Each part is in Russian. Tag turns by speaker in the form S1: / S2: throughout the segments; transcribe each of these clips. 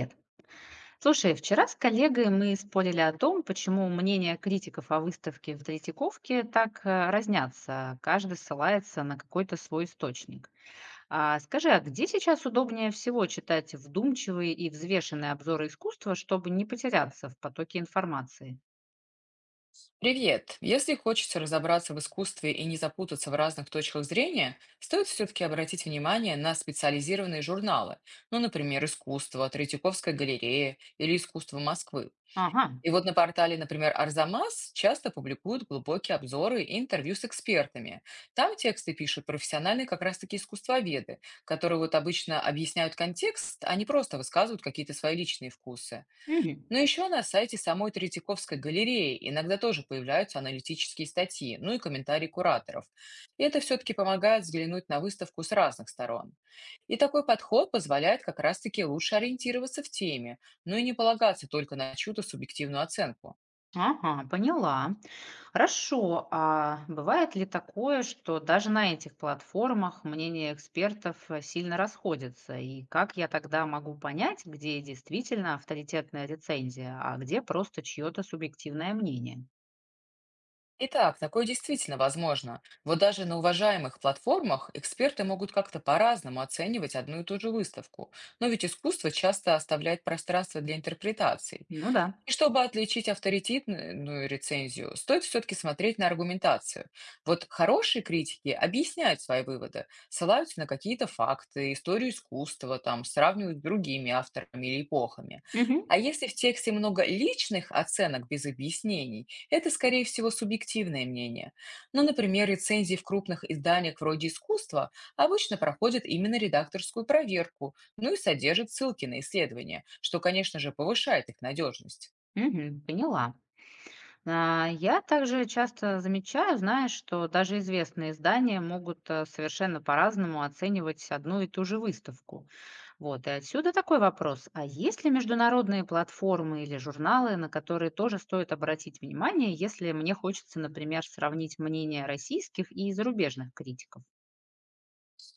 S1: Привет. Слушай, вчера с коллегой мы спорили о том, почему мнения критиков о выставке в Третьяковке так разнятся. Каждый ссылается на какой-то свой источник. А скажи, а где сейчас удобнее всего читать вдумчивые и взвешенные обзоры искусства, чтобы не потеряться в потоке информации?
S2: Привет! Если хочется разобраться в искусстве и не запутаться в разных точках зрения, стоит все-таки обратить внимание на специализированные журналы, ну, например, «Искусство», «Третьяковская галерея» или «Искусство Москвы».
S1: Ага.
S2: И вот на портале, например, «Арзамас» часто публикуют глубокие обзоры и интервью с экспертами. Там тексты пишут профессиональные как раз-таки искусствоведы, которые вот обычно объясняют контекст, а не просто высказывают какие-то свои личные вкусы.
S1: Мгм.
S2: Но еще на сайте самой Третьяковской галереи иногда тоже появляются аналитические статьи, ну и комментарии кураторов. И это все-таки помогает взглянуть на выставку с разных сторон. И такой подход позволяет как раз-таки лучше ориентироваться в теме, ну и не полагаться только на чью-то субъективную оценку.
S1: Ага, поняла. Хорошо. А бывает ли такое, что даже на этих платформах мнения экспертов сильно расходятся? И как я тогда могу понять, где действительно авторитетная рецензия, а где просто чье-то субъективное мнение?
S2: Итак, такое действительно возможно. Вот даже на уважаемых платформах эксперты могут как-то по-разному оценивать одну и ту же выставку. Но ведь искусство часто оставляет пространство для интерпретаций.
S1: Ну да.
S2: И чтобы отличить авторитетную, ну, рецензию, стоит все-таки смотреть на аргументацию. Вот хорошие критики объясняют свои выводы, ссылаются на какие-то факты, историю искусства, там, сравнивают с другими авторами или эпохами.
S1: Мгм.
S2: А если в тексте много личных оценок без объяснений, это, скорее всего, субъективное мнение. Ну, например, рецензии в крупных изданиях вроде искусства обычно проходят именно редакторскую проверку, ну и содержат ссылки на исследования, что, конечно же, повышает их надежность.
S1: Мгм, поняла. Я также часто замечаю, знаешь, что даже известные издания могут совершенно по-разному оценивать одну и ту же выставку. Вот, и отсюда такой вопрос. А есть ли международные платформы или журналы, на которые тоже стоит обратить внимание, если мне хочется, например, сравнить мнение российских и зарубежных критиков?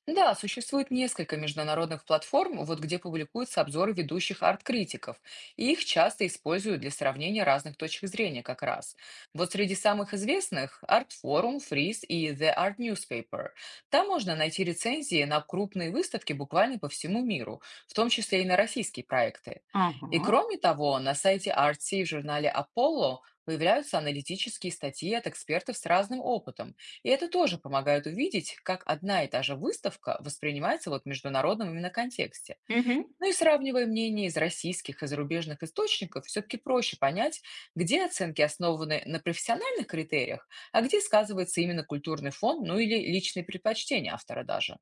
S2: Ну да, существует несколько международных платформ, вот где публикуются обзоры ведущих арт-критиков, и их часто используют для сравнения разных точек зрения как раз. Вот среди самых известных– Art Forum, Freeze и The Art Newspaper. Там можно найти рецензии на крупные выставки буквально по всему миру, в том числе и на российские проекты. И
S1: Ага.
S2: кроме того, на сайте Artsy и в журнале Apollo появляются аналитические статьи от экспертов с разным опытом, и это тоже помогает увидеть, как одна и та же выставка воспринимается вот в международном именно контексте.
S1: Мгм.
S2: Ну и сравнивая мнения из российских и зарубежных источников, все-таки проще понять, где оценки основаны на профессиональных критериях, а где сказывается именно культурный фон, ну или личные предпочтения автора даже.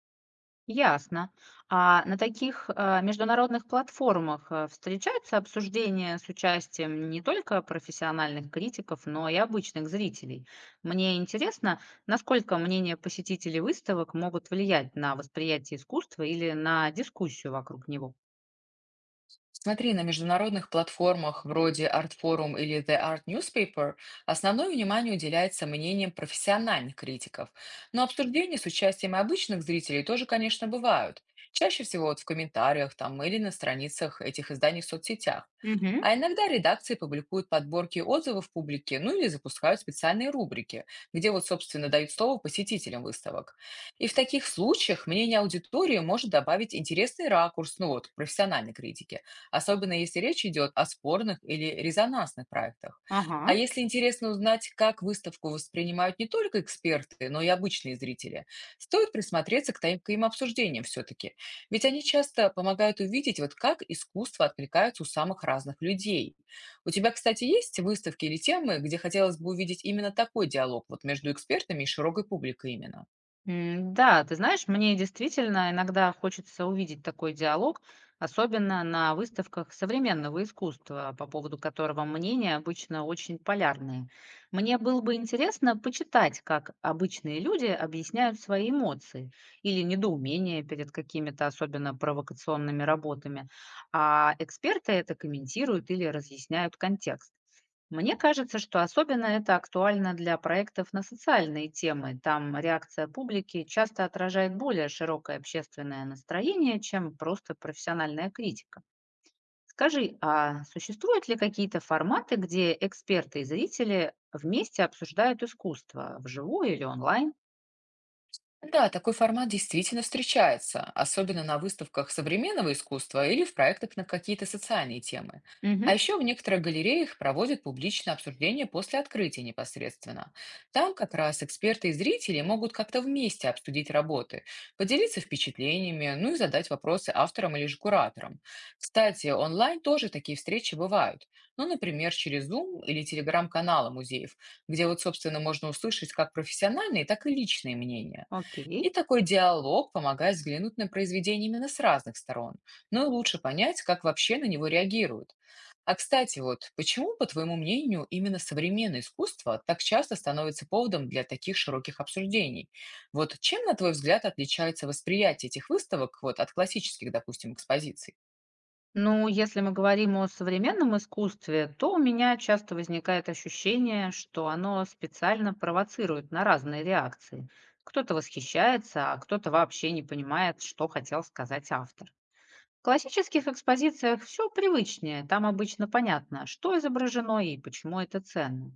S1: Ясно. А на таких, международных платформах, встречаются обсуждения с участием не только профессиональных критиков, но и обычных зрителей? Мне интересно, насколько мнения посетителей выставок могут влиять на восприятие искусства или на дискуссию вокруг него?
S2: Смотри, на международных платформах вроде ArtForum или The Art Newspaper основное внимание уделяется мнениям профессиональных критиков. Но обсуждения с участием и обычных зрителей тоже, конечно, бывают. Чаще всего вот в комментариях там или на страницах этих изданий в соцсетях.
S1: Мгм.
S2: А иногда редакции публикуют подборки отзывов публики, ну или запускают специальные рубрики, где вот, собственно, дают слово посетителям выставок. И в таких случаях мнение аудитории может добавить интересный ракурс, ну вот, к профессиональной критике, особенно если речь идет о спорных или резонансных проектах. А
S1: Ага.
S2: если интересно узнать, как выставку воспринимают не только эксперты, но и обычные зрители, стоит присмотреться к таким обсуждениям все-таки. Ведь они часто помогают увидеть, вот как искусство откликается у самых разных людей. У тебя, кстати, есть выставки или темы, где хотелось бы увидеть именно такой диалог вот между экспертами и широкой публикой именно?
S1: Да, ты знаешь, мне действительно иногда хочется увидеть такой диалог, особенно на выставках современного искусства, по поводу которого мнения обычно очень полярные. Мне было бы интересно почитать, как обычные люди объясняют свои эмоции или недоумение перед какими-то особенно провокационными работами, а эксперты это комментируют или разъясняют контекст. Мне кажется, что особенно это актуально для проектов на социальные темы. Там реакция публики часто отражает более широкое общественное настроение, чем просто профессиональная критика. Скажи, а существуют ли какие-то форматы, где эксперты и зрители вместе обсуждают искусство, вживую или онлайн?
S2: Да, такой формат действительно встречается, особенно на выставках современного искусства или в проектах на какие-то социальные темы.
S1: Мгм.
S2: А еще в некоторых галереях проводят публичное обсуждение после открытия непосредственно. Там как раз эксперты и зрители могут как-то вместе обсудить работы, поделиться впечатлениями, ну и задать вопросы авторам или же кураторам. Кстати, онлайн тоже такие встречи бывают. Ну, например, через Zoom или телеграм-каналы музеев, где вот, собственно, можно услышать как профессиональные, так и личные мнения.
S1: Окей.
S2: И такой диалог помогает взглянуть на произведение именно с разных сторон, ну и лучше понять, как вообще на него реагируют. А кстати, вот почему, по твоему мнению, именно современное искусство так часто становится поводом для таких широких обсуждений? Вот чем, на твой взгляд, отличается восприятие этих выставок вот, от классических, допустим, экспозиций?
S1: Ну, если мы говорим о современном искусстве, то у меня часто возникает ощущение, что оно специально провоцирует на разные реакции. Кто-то восхищается, а кто-то вообще не понимает, что хотел сказать автор. В классических экспозициях все привычнее, там обычно понятно, что изображено и почему это ценно.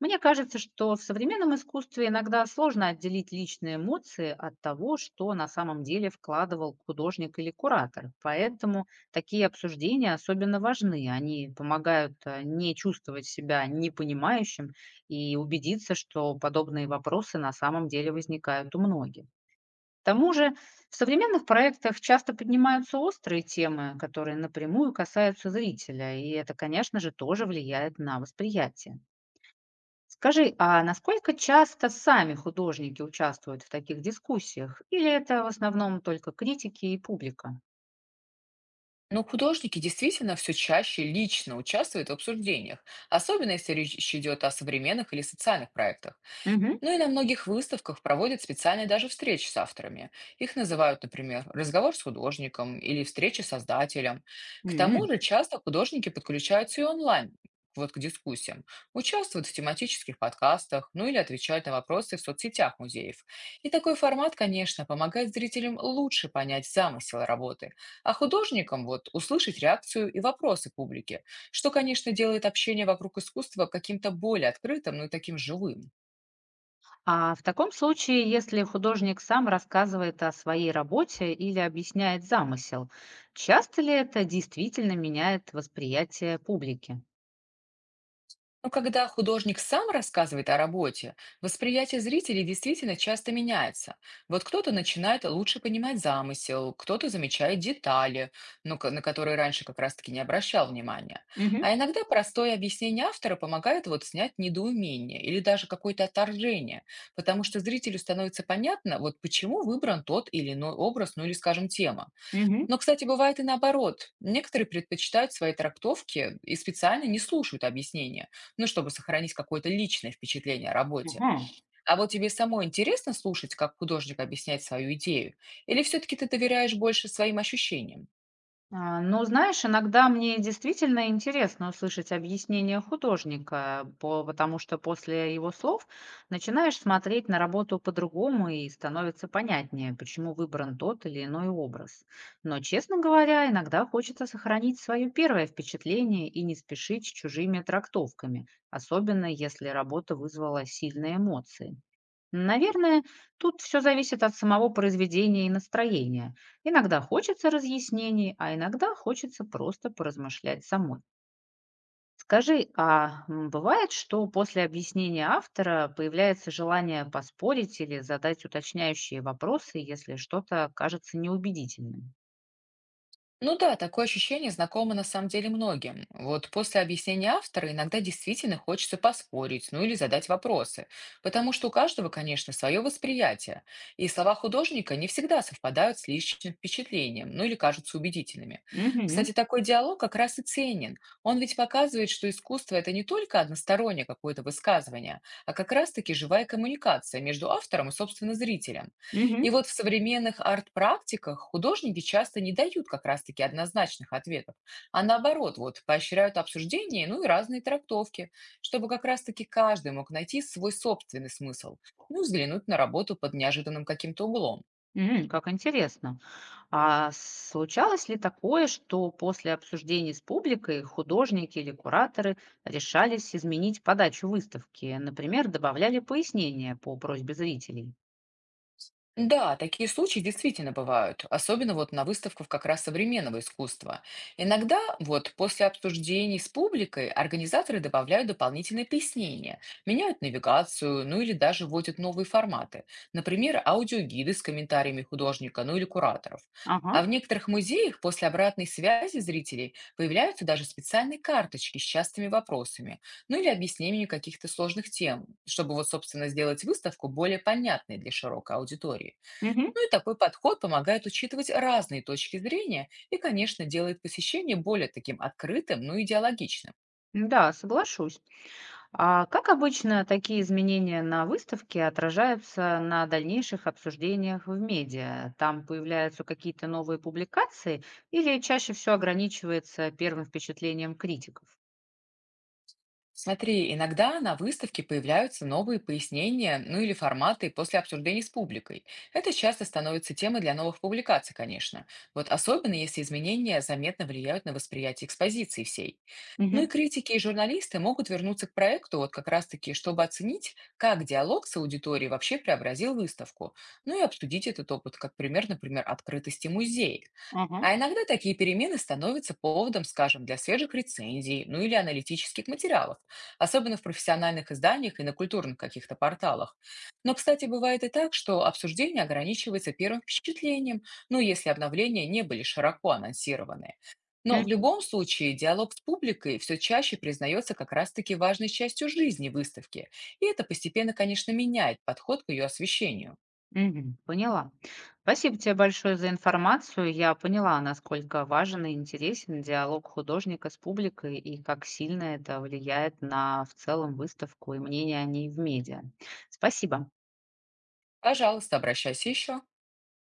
S1: Мне кажется, что в современном искусстве иногда сложно отделить личные эмоции от того, что на самом деле вкладывал художник или куратор. Поэтому такие обсуждения особенно важны. Они помогают не чувствовать себя непонимающим и убедиться, что подобные вопросы на самом деле возникают у многих. К тому же в современных проектах часто поднимаются острые темы, которые напрямую касаются зрителя, и это, конечно же, тоже влияет на восприятие. Скажи, а насколько часто сами художники участвуют в таких дискуссиях? Или это в основном только критики и публика?
S2: Но художники действительно все чаще лично участвуют в обсуждениях, особенно если речь идет о современных или социальных проектах.
S1: Мгм.
S2: Ну и на многих выставках проводят специальные даже встречи с авторами. Их называют, например, разговор с художником или встреча с создателем. К тому
S1: М.
S2: же часто художники подключаются и онлайн вот к дискуссиям, участвуют в тематических подкастах, ну или отвечают на вопросы в соцсетях музеев. И такой формат, конечно, помогает зрителям лучше понять замысел работы, а художникам вот услышать реакцию и вопросы публики, что, конечно, делает общение вокруг искусства каким-то более открытым, ну и таким живым.
S1: А в таком случае, если художник сам рассказывает о своей работе или объясняет замысел, часто ли это действительно меняет восприятие публики?
S2: Но когда художник сам рассказывает о работе, восприятие зрителей действительно часто меняется. Вот кто-то начинает лучше понимать замысел, кто-то замечает детали, ну, на которые раньше как раз-таки не обращал внимания. А
S1: Мгм.
S2: иногда простое объяснение автора помогает вот снять недоумение или даже какое-то отторжение, потому что зрителю становится понятно, вот почему выбран тот или иной образ, ну или, скажем, тема.
S1: Мгм.
S2: Но, кстати, бывает и наоборот. Некоторые предпочитают свои трактовки и специально не слушают объяснения, ну, чтобы сохранить какое-то личное впечатление о работе.
S1: Ага.
S2: А вот тебе самой интересно слушать, как художник объясняет свою идею? Или все-таки ты доверяешь больше своим ощущениям?
S1: А, ну, знаешь, иногда мне действительно интересно услышать объяснение художника, потому что после его слов начинаешь смотреть на работу по-другому и становится понятнее, почему выбран тот или иной образ. Но, честно говоря, иногда хочется сохранить свое первое впечатление и не спешить с чужими трактовками, особенно если работа вызвала сильные эмоции. Наверное, тут все зависит от самого произведения и настроения. Иногда хочется разъяснений, а иногда хочется просто поразмышлять самой. Скажи, а бывает, что после объяснения автора появляется желание поспорить или задать уточняющие вопросы, если что-то кажется неубедительным?
S2: Ну да, такое ощущение знакомо на самом деле многим. Вот после объяснения автора иногда действительно хочется поспорить, ну или задать вопросы, потому что у каждого, конечно, свое восприятие, и слова художника не всегда совпадают с личным впечатлением, ну или кажутся убедительными.
S1: Угу,
S2: Кстати, такой диалог как раз и ценен. Он ведь показывает, что искусство— это не только одностороннее какое-то высказывание, а как раз-таки живая коммуникация между автором и, собственно, зрителем. И вот в современных арт-практиках художники часто не дают как раз-таки однозначных ответов, а наоборот, вот, поощряют обсуждение, ну и разные трактовки, чтобы как раз-таки каждый мог найти свой собственный смысл, ну и взглянуть на работу под неожиданным каким-то углом.
S1: угу, как интересно. А случалось ли такое, что после обсуждений с публикой художники или кураторы решались изменить подачу выставки? Например, добавляли пояснения по просьбе зрителей?
S2: Да, такие случаи действительно бывают, особенно вот на выставках как раз современного искусства. Иногда вот после обсуждений с публикой организаторы добавляют дополнительные пояснения, меняют навигацию, ну или даже вводят новые форматы, например, аудиогиды с комментариями художника, ну или кураторов.
S1: Ага.
S2: А в некоторых музеях после обратной связи зрителей появляются даже специальные карточки с частыми вопросами, ну или объяснению каких-то сложных тем, чтобы вот, собственно, сделать выставку более понятной для широкой аудитории.
S1: Мгм.
S2: Ну и такой подход помогает учитывать разные точки зрения и, конечно, делает посещение более таким открытым, ну и диалогичным.
S1: Да, соглашусь. А как обычно такие изменения на выставке отражаются на дальнейших обсуждениях в медиа? Там появляются какие-то новые публикации или чаще всего ограничивается первым впечатлением критиков?
S2: Смотри, иногда на выставке появляются новые пояснения, ну или форматы после обсуждений с публикой. Это часто становится темой для новых публикаций, конечно. Вот особенно, если изменения заметно влияют на восприятие экспозиции всей. Ну и
S1: Угу.
S2: критики и журналисты могут вернуться к проекту вот как раз-таки, чтобы оценить, как диалог с аудиторией вообще преобразил выставку. Ну и обсудить этот опыт как пример, например, открытости музея.
S1: Ага.
S2: А иногда такие перемены становятся поводом, скажем, для свежих рецензий, ну или аналитических материалов, особенно в профессиональных изданиях и на культурных каких-то порталах. Но, кстати, бывает и так, что обсуждение ограничивается первым впечатлением, ну, если обновления не были широко анонсированы. Но в любом случае диалог с публикой все чаще признается как раз-таки важной частью жизни выставки, и это постепенно, конечно, меняет подход к ее освещению.
S1: Мгм, поняла. Спасибо тебе большое за информацию. Я поняла, насколько важен и интересен диалог художника с публикой и как сильно это влияет на в целом выставку и мнение о ней в медиа. Спасибо.
S2: Пожалуйста, обращайся еще.